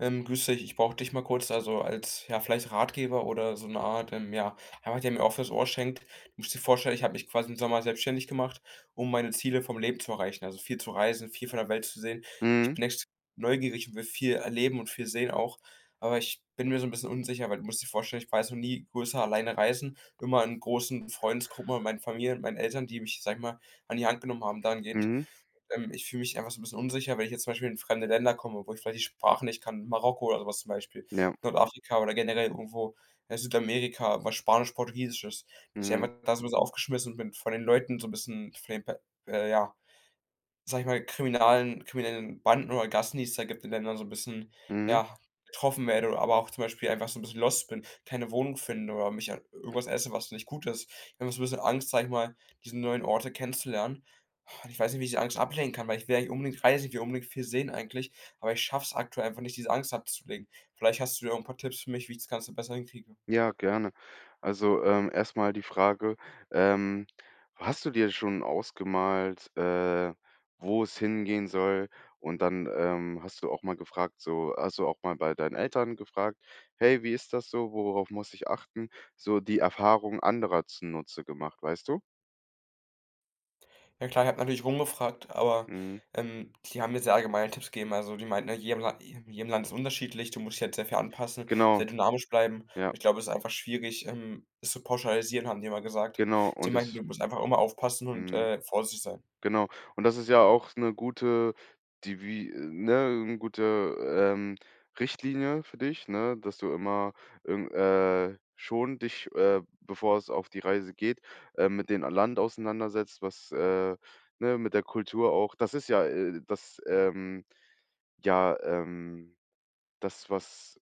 Grüß dich, ich brauche dich mal kurz, also ja, vielleicht Ratgeber oder so eine Art, ja, einfach der mir auch fürs Ohr schenkt. Du musst dir vorstellen, ich habe mich quasi im Sommer selbstständig gemacht, um meine Ziele vom Leben zu erreichen, also viel zu reisen, viel von der Welt zu sehen. Ich Mhm, bin echt neugierig und will viel erleben und viel sehen auch, aber ich bin mir so ein bisschen unsicher, weil du musst dir vorstellen, ich war jetzt noch nie größer alleine reisen, immer in großen Freundesgruppen mit meinen Familien, meinen Eltern, die mich, sag ich mal, an die Hand genommen haben dahingehend. mhm, Ich fühle mich einfach so 'n bisschen unsicher, wenn ich jetzt zum Beispiel in fremde Länder komme, wo ich vielleicht die Sprache nicht kann, Marokko oder so was zum Beispiel, ja, Nordafrika oder generell irgendwo, Südamerika, was Spanisch, Portugiesisches, dass ich mhm, einfach da so 'n bisschen aufgeschmissen bin, von den Leuten so 'n bisschen, von den Pe ja, sage ich mal, kriminalen kriminellen Banden oder Gassen, die es da gibt in Ländern, so ein bisschen, mhm. ja, getroffen werde oder aber auch zum Beispiel einfach so ein bisschen lost bin, keine Wohnung finde oder mich an irgendwas esse, was nicht gut ist. Ich habe immer so ein bisschen Angst, sage ich mal, diese neuen Orte kennenzulernen. Und ich weiß nicht, wie ich diese Angst ablegen kann, weil ich will eigentlich unbedingt reisen, ich will unbedingt viel sehen eigentlich, aber ich schaff's aktuell einfach nicht, diese Angst abzulegen. Vielleicht hast du ja ein paar Tipps für mich, wie ich das Ganze besser hinkriege. Ja, gerne. Also, erst die Frage, ähm, hast du dir schon ausgemalt, wo es hingehen soll? Und dann, hast du auch mal bei deinen Eltern gefragt: „Hey, wie ist das so? Worauf muss ich achten?" So die Erfahrung anderer zunutze gemacht, weißt du? Ja klar, ich habe natürlich rumgefragt, aber Mhm. Die haben mir sehr allgemeine Tipps gegeben. Also, die meinten, ne, jedem Land ist unterschiedlich, du musst dich halt sehr viel anpassen, Genau, sehr dynamisch bleiben. Und ja, ich glaube, es ist einfach schwierig, es zu pauschalisieren, haben die immer gesagt. genau. Die und meinten, du es musst einfach immer aufpassen und, Mhm. Vorsichtig sein. Genau. Und das ist ja auch eine gute, Richtlinie für dich, ne, dass du immer irgend schon dich, bevor es auf die Reise geht, mit dem Land auseinandersetzt, ne, mit der Kultur auch. Das ist ja, das, ja, das, was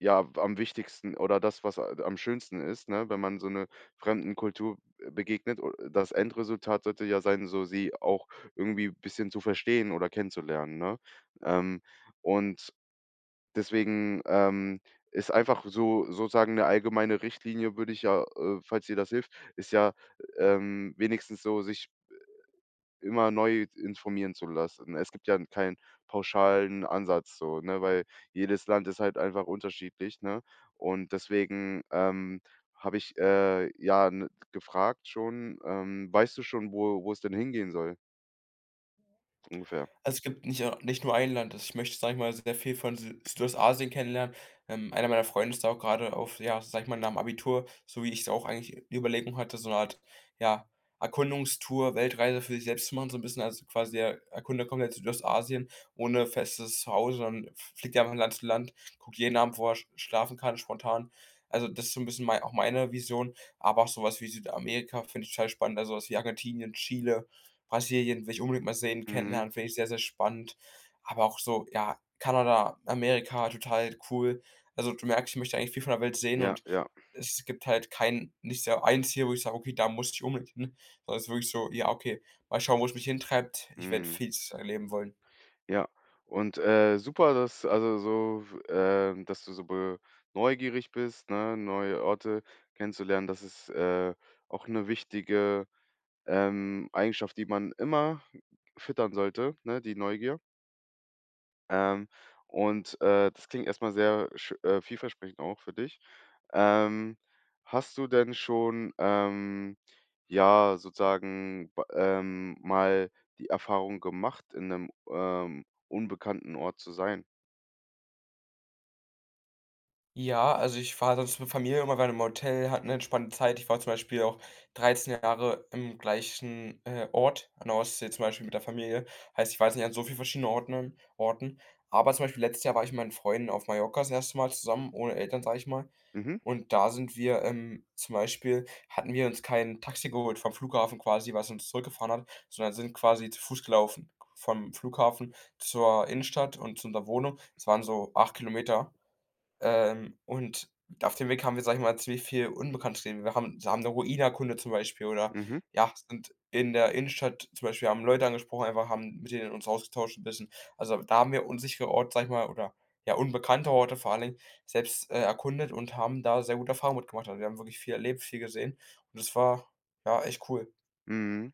ja am wichtigsten oder das, was a am schönsten ist, ne, wenn man so 'ne fremden Kultur, begegnet. O das Endresultat sollte ja sein, so sie auch irgendwie ein bisschen zu verstehen oder kennenzulernen, ne? Ähm, und deswegen, ist einfach so sozusagen eine allgemeine Richtlinie würde ich ja, falls dir das hilft ist ja, wenigstens so sich immer neu informieren zu lassen. Es gibt ja keinen pauschalen Ansatz so, ne, weil jedes Land ist halt einfach unterschiedlich, ne? Und deswegen, habe ich, ja, ne, gefragt schon, „Weißt du schon, wo es denn hingehen soll?" Ungefähr. Also, es gibt nicht nur ein Land. Also, ich möchte, sage ich mal, sehr viel von Sü Südostasien kennenlernen. Einer meiner Freunde ist da auch gerade auf, ja, sage ich mal, nach'm Abitur, so wie ich's auch eigentlich die Überlegung hatte, so eine Art, ja, Erkundungstour, Weltreise für sich selbst zu machen, so ein bisschen. Also, quasi er erkundet komplett Südostasien ohne festes Zuhause, sondern fliegt einfach von Land zu Land, guckt jeden Abend, wo er schlafen kann, spontan. Also, das ist so ein bisschen mei auch meine Vision, aber auch so was wie Südamerika finde ich total spannend, also, sowas wie Argentinien, Chile. Brasilien will ich unbedingt mal sehen, Mhm. kennenlernen, finde ich sehr, sehr spannend. Aber auch so, ja, Kanada, Amerika, total cool. Also du merkst, ich möchte eigentlich viel von der Welt sehen Ja, und ja. es gibt halt kein, nicht so ein Ziel, wo ich sage, okay, da muss ich unbedingt hin, sondern es ist wirklich so, ja, okay, mal schauen, wo es mich hintreibt. Ich werde Mhm. vieles erleben wollen. Ja. Und, super, dass also so, dass du so be neugierig bist, ne, neue Orte kennenzulernen. Das ist, auch eine wichtige Eigenschaft, die man immer füttern sollte, ne, die Neugier. Ähm, und, das klingt erstmal sehr sch vielversprechend auch für dich. Ähm, Hast du denn schon, ja, sozusagen b mal die Erfahrung gemacht, in einem unbekannten Ort zu sein? Ja, also ich war sonst mit Familie immer gerne einem Hotel, hatte eine entspannte Zeit. Ich war zum Beispiel auch 13 Jahre im gleichen, Ort an der Ostsee zum Beispiel mit der Familie. Heißt, ich weiß nicht an so vielen verschiedenen Orten. Aber zum Beispiel letztes Jahr war ich mit meinen Freunden auf Mallorca das erste Mal zusammen, ohne Eltern, sage ich mal. Mhm, Und da sind wir, zum Beispiel hatten wir uns kein Taxi geholt vom Flughafen quasi, was uns zurückgefahren hat, sondern sind quasi zu Fuß gelaufen vom Flughafen zur Innenstadt und zu unserer Wohnung. Es waren so 8 Kilometer, und auf dem Weg haben wir, sage ich mal, ziemlich viel Unbekanntes gesehen. Wir haben eine Ruine erkundet zum Beispiel oder, mhm, ja, sind in der Innenstadt zum Beispiel, haben Leute angesprochen, einfach haben mit denen uns ausgetauscht ein bisschen. Also, da haben wir unsichere Orte, sage ich mal, oder, ja, unbekannte Orte vor allen Dingen selbst, erkundet und haben da sehr gute Erfahrungen mitgemacht. Also, wir haben wirklich viel erlebt, viel gesehen und das war, ja, echt cool. mhm.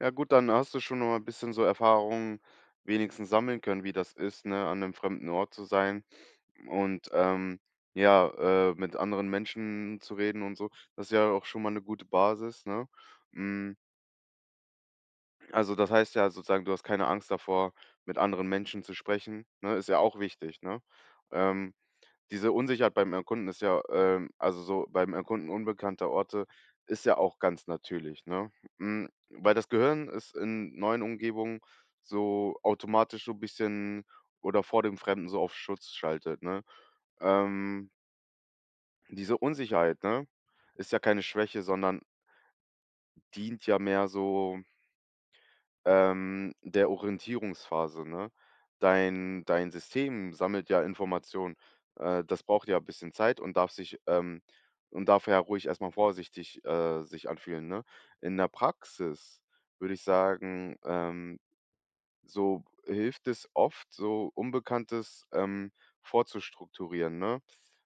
Ja gut, dann hast du schon noch mal ein bisschen so Erfahrungen wenigstens sammeln können, wie das ist, ne, an einem fremden Ort zu sein. Und, ja, mit anderen Menschen zu reden und so, das ist ja auch schon mal eine gute Basis, ne? Hm, also, das heißt ja sozusagen, du hast keine Angst davor, mit anderen Menschen zu sprechen, ne? Ist ja auch wichtig, ne? Ähm, Diese Unsicherheit beim Erkunden ist ja, also, so beim Erkunden unbekannter Orte ist ja auch ganz natürlich, ne? Weil das Gehirn ist in neuen Umgebungen so automatisch so ein bisschen oder vor dem Fremden so auf Schutz schaltet, ne? Ähm diese Unsicherheit, ne, ist ja keine Schwäche, sondern dient ja mehr so, der Orientierungsphase, ne? Dein System sammelt ja Informationen. Das braucht ja ein bisschen Zeit und und darf ja ruhig erstmal vorsichtig, sich anfühlen, ne? In der Praxis würde ich sagen, so hilft es oft, so Unbekanntes, vorzustrukturieren, ne?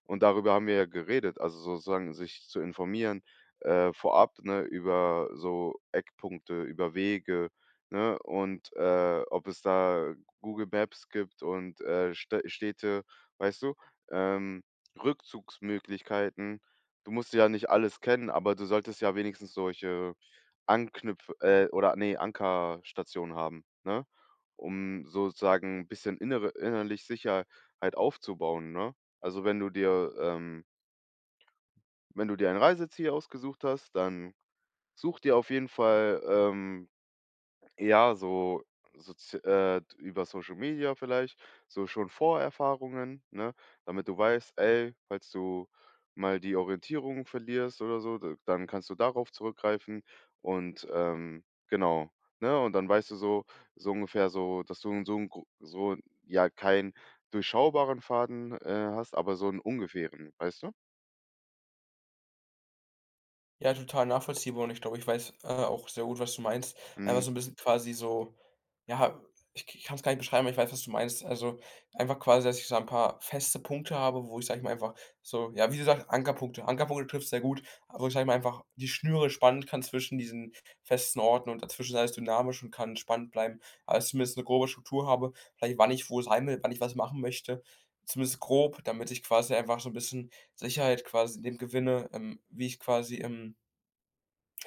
Und darüber haben wir ja geredet, also sozusagen sich zu informieren, vorab, ne, über so Eckpunkte, über Wege, ne? Und, ob es da Google Maps gibt und, Städte, weißt du? Ähm, Rückzugsmöglichkeiten. Du musst ja nicht alles kennen, aber du solltest ja wenigstens solche Anknüpf oder nee Ankerstationen haben, ne? Um sozusagen ein bisschen innere innerlich Sicherheit aufzubauen, ne? Also, wenn du dir ein Reiseziel ausgesucht hast, dann such dir auf jeden Fall, ja, so über Social Media vielleicht, so schon Vorerfahrungen, ne? Damit du weißt: „Ey, falls du mal die Orientierung verlierst oder so, d dann kannst du darauf zurückgreifen." Und, genau, ne? Und dann weißt du so ungefähr so, dass du so 'n gro so ja, keinen durchschaubaren Faden, hast, aber so einen ungefähren, weißt du? Ja, total nachvollziehbar und ich glaube, ich weiß, auch sehr gut, was du meinst. Einfach so Mhm. ein bisschen quasi so, ja, ich kann es gar nicht beschreiben, aber ich weiß, was du meinst. Also, einfach quasi, dass ich so ein paar feste Punkte habe, wo ich, sage ich mal, einfach so, ja, wie du sagst, Ankerpunkte. Ankerpunkte trifft sehr gut, wo ich, sage ich mal, einfach die Schnüre spannen kann zwischen diesen festen Orten, und dazwischen ist alles dynamisch und kann spannend bleiben. Also, zumindest eine grobe Struktur habe, vielleicht wann ich wo sein will, wann ich was machen möchte, zumindest grob, damit ich quasi einfach so ein bisschen Sicherheit quasi in dem gewinne, wie ich quasi,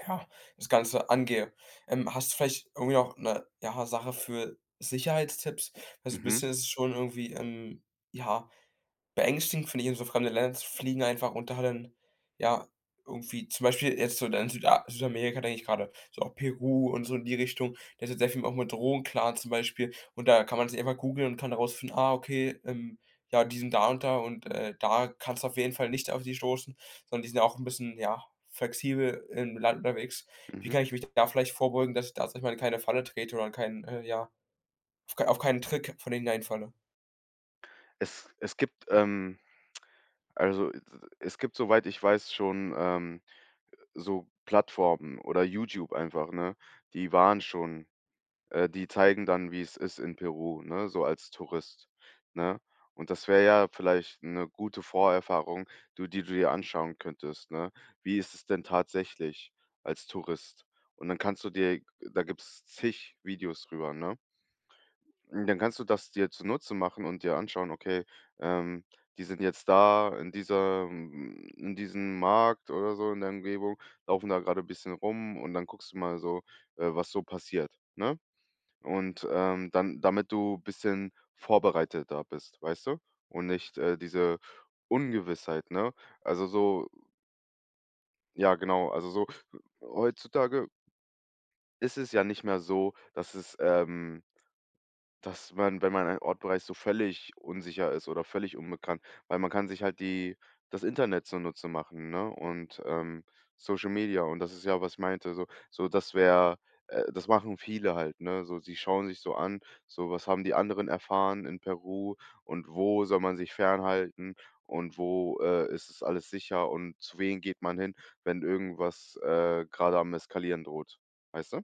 ja, das Ganze angehe. Hast du vielleicht irgendwie noch eine, ja, Sache für Sicherheitstipps? Also ein Mhm. bisschen ist es schon irgendwie, ja, beängstigend finde ich, in so fremde Länder zu fliegen einfach, und da dann, ja, irgendwie zum Beispiel jetzt so dann Südamerika denke ich grade, so auch Peru und so in die Richtung. Da ist ja sehr viel auch mit Drogen klar zum Beispiel, und da kann man sich einfach googeln und kann herausfinden: „Ah, okay, ja, die sind da und da, und, da kannst du auf jeden Fall nicht auf die stoßen“, sondern die sind ja auch 'n bisschen, ja, flexibel im Land unterwegs. Wie Mhm. kann ich mich da vielleicht vorbeugen, dass ich da, sage ich mal, in keine Falle trete oder in keinen, ja, auf keinen Trick von denen reinfalle? Es gibt, also, es gibt, soweit ich weiß, schon, so Plattformen oder YouTube einfach, ne? Die waren schon die zeigen dann, wie es ist in Peru, ne, so als Tourist, ne? Und das wäre ja vielleicht eine gute Vorerfahrung, du die du dir anschauen könntest, ne? Wie ist es denn tatsächlich als Tourist? Und dann kannst du dir Da gibt's zig Videos drüber, ne? Dann kannst du das dir zunutze machen und dir anschauen, okay, ähm, die sind jetzt da in diesem Markt oder so in der Umgebung, laufen da gerade ein bisschen rum und dann guckst du mal so, was so passiert, ne? Und, dann damit du ein bisschen vorbereitet da bist, weißt du? Und nicht, diese Ungewissheit, ne? Also, so ja, genau, also, so heutzutage ist es ja nicht mehr so, dass man, wenn man einen Ort bereist, so völlig unsicher ist oder völlig unbekannt, weil man kann sich halt die das Internet zunutze machen, ne, und, Social Media, und das ist ja, was ich meinte, so das machen viele halt, ne? So, sie schauen sich so an, so was haben die anderen erfahren in Peru und wo soll man sich fernhalten und wo, ist es alles sicher und zu wem geht man hin, wenn irgendwas, grade am Eskalieren droht. Weißt du?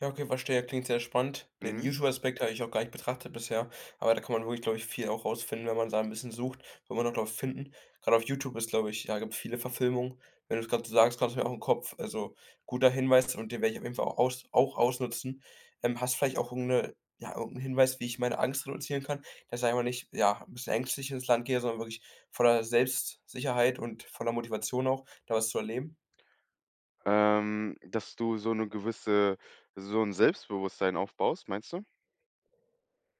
Ja, okay, verstehe. Klingt sehr spannend. Den Mhm. YouTube-Aspekt habe ich auch gar nicht betrachtet bisher, aber da kann man wirklich, glaube ich, viel auch rausfinden, wenn man da ein bisschen sucht, wird man auch, glaube ich, finden. Grade auf YouTube ist, glaube ich, ja, gibt's viele Verfilmungen. Wenn du es gerade so sagst, kam's mir auch in den Kopf. Also, guter Hinweis, und den werde ich auf jeden Fall auch ausnutzen. Hast du vielleicht auch irgend 'ne, ja, irgend Hinweis, wie ich meine Angst reduzieren kann, dass ich einfach nicht, ja, ein bisschen ängstlich ins Land gehe, sondern wirklich voller Selbstsicherheit und voller Motivation auch, da was zu erleben? Dass du so eine gewisse so ein Selbstbewusstsein aufbaust, meinst du?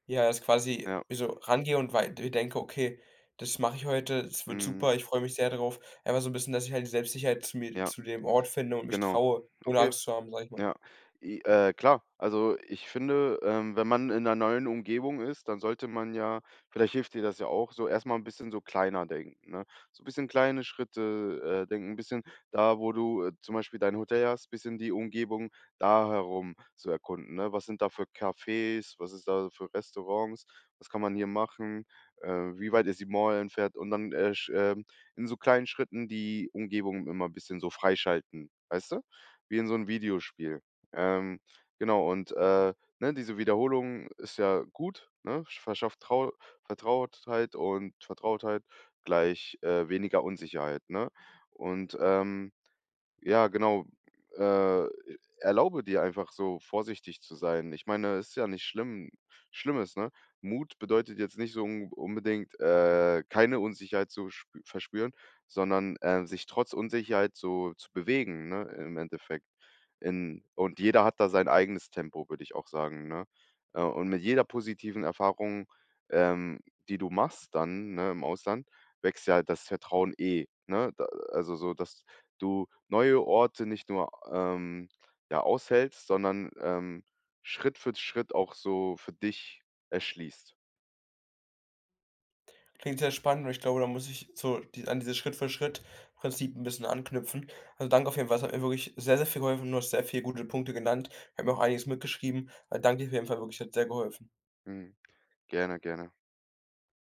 Ja, dass ich quasi Ja, so rangehe und wei mir denke: „Okay, das mache ich heute, es wird mhm, super, ich freue mich sehr drauf.“ Einfach so 'n bisschen, dass ich halt die Selbstsicherheit zu mir, ja, zu dem Ort finde und mich genau. traue, ohne Okay. Angst zu haben, sage ich mal. Ja, i klar. Also, ich finde, wenn man in 'ner neuen Umgebung ist, dann sollte man ja vielleicht hilft dir das ja auch, so erstmal ein bisschen so kleiner denken, ne? So ein bisschen kleine Schritte, denken, 'n bisschen da, wo du, zum Beispiel dein Hotel hast, ein bisschen die Umgebung da herum zu erkunden, ne? Was sind da für Cafés? Was ist da für Restaurants? Was kann man hier machen? Äh, Wie weit ist die Mall entfernt? Und dann, sch in so kleinen Schritten die Umgebung immer ein bisschen so freischalten, weißt du? Wie in so 'n Videospiel. Ähm, genau und, ne, diese Wiederholung ist ja gut, ne? Verschafft Trau Vertrautheit, und Vertrautheit gleich, weniger Unsicherheit, ne? Und, ja, genau. Äh, Erlaube dir einfach so vorsichtig zu sein. Ich meine, ist ja nicht Schlimmes, ne? Mut bedeutet jetzt nicht so un unbedingt, keine Unsicherheit zu spü verspüren, sondern, sich trotz Unsicherheit so zu bewegen, ne, im Endeffekt. In und jeder hat da sein eigenes Tempo, würde ich auch sagen, ne? Und mit jeder positiven Erfahrung, ähm, die du machst dann, ne, im Ausland, wächst ja das Vertrauen eh, ne? Da Also so, dass du neue Orte nicht nur, ja, aushältst, sondern, Schritt für Schritt auch so für dich erschließt. Klingt sehr spannend, und ich glaube, da muss ich so die an dieses Schritt-für-Schritt-Prinzip 'n bisschen anknüpfen. Also, danke auf jeden Fall, es hat mir wirklich sehr, sehr viel geholfen. Du hast sehr viele gute Punkte genannt. Ich habe mir auch einiges mitgeschrieben. Danke dir auf jeden Fall wirklich, hat sehr geholfen. Mhm. Gerne, gerne.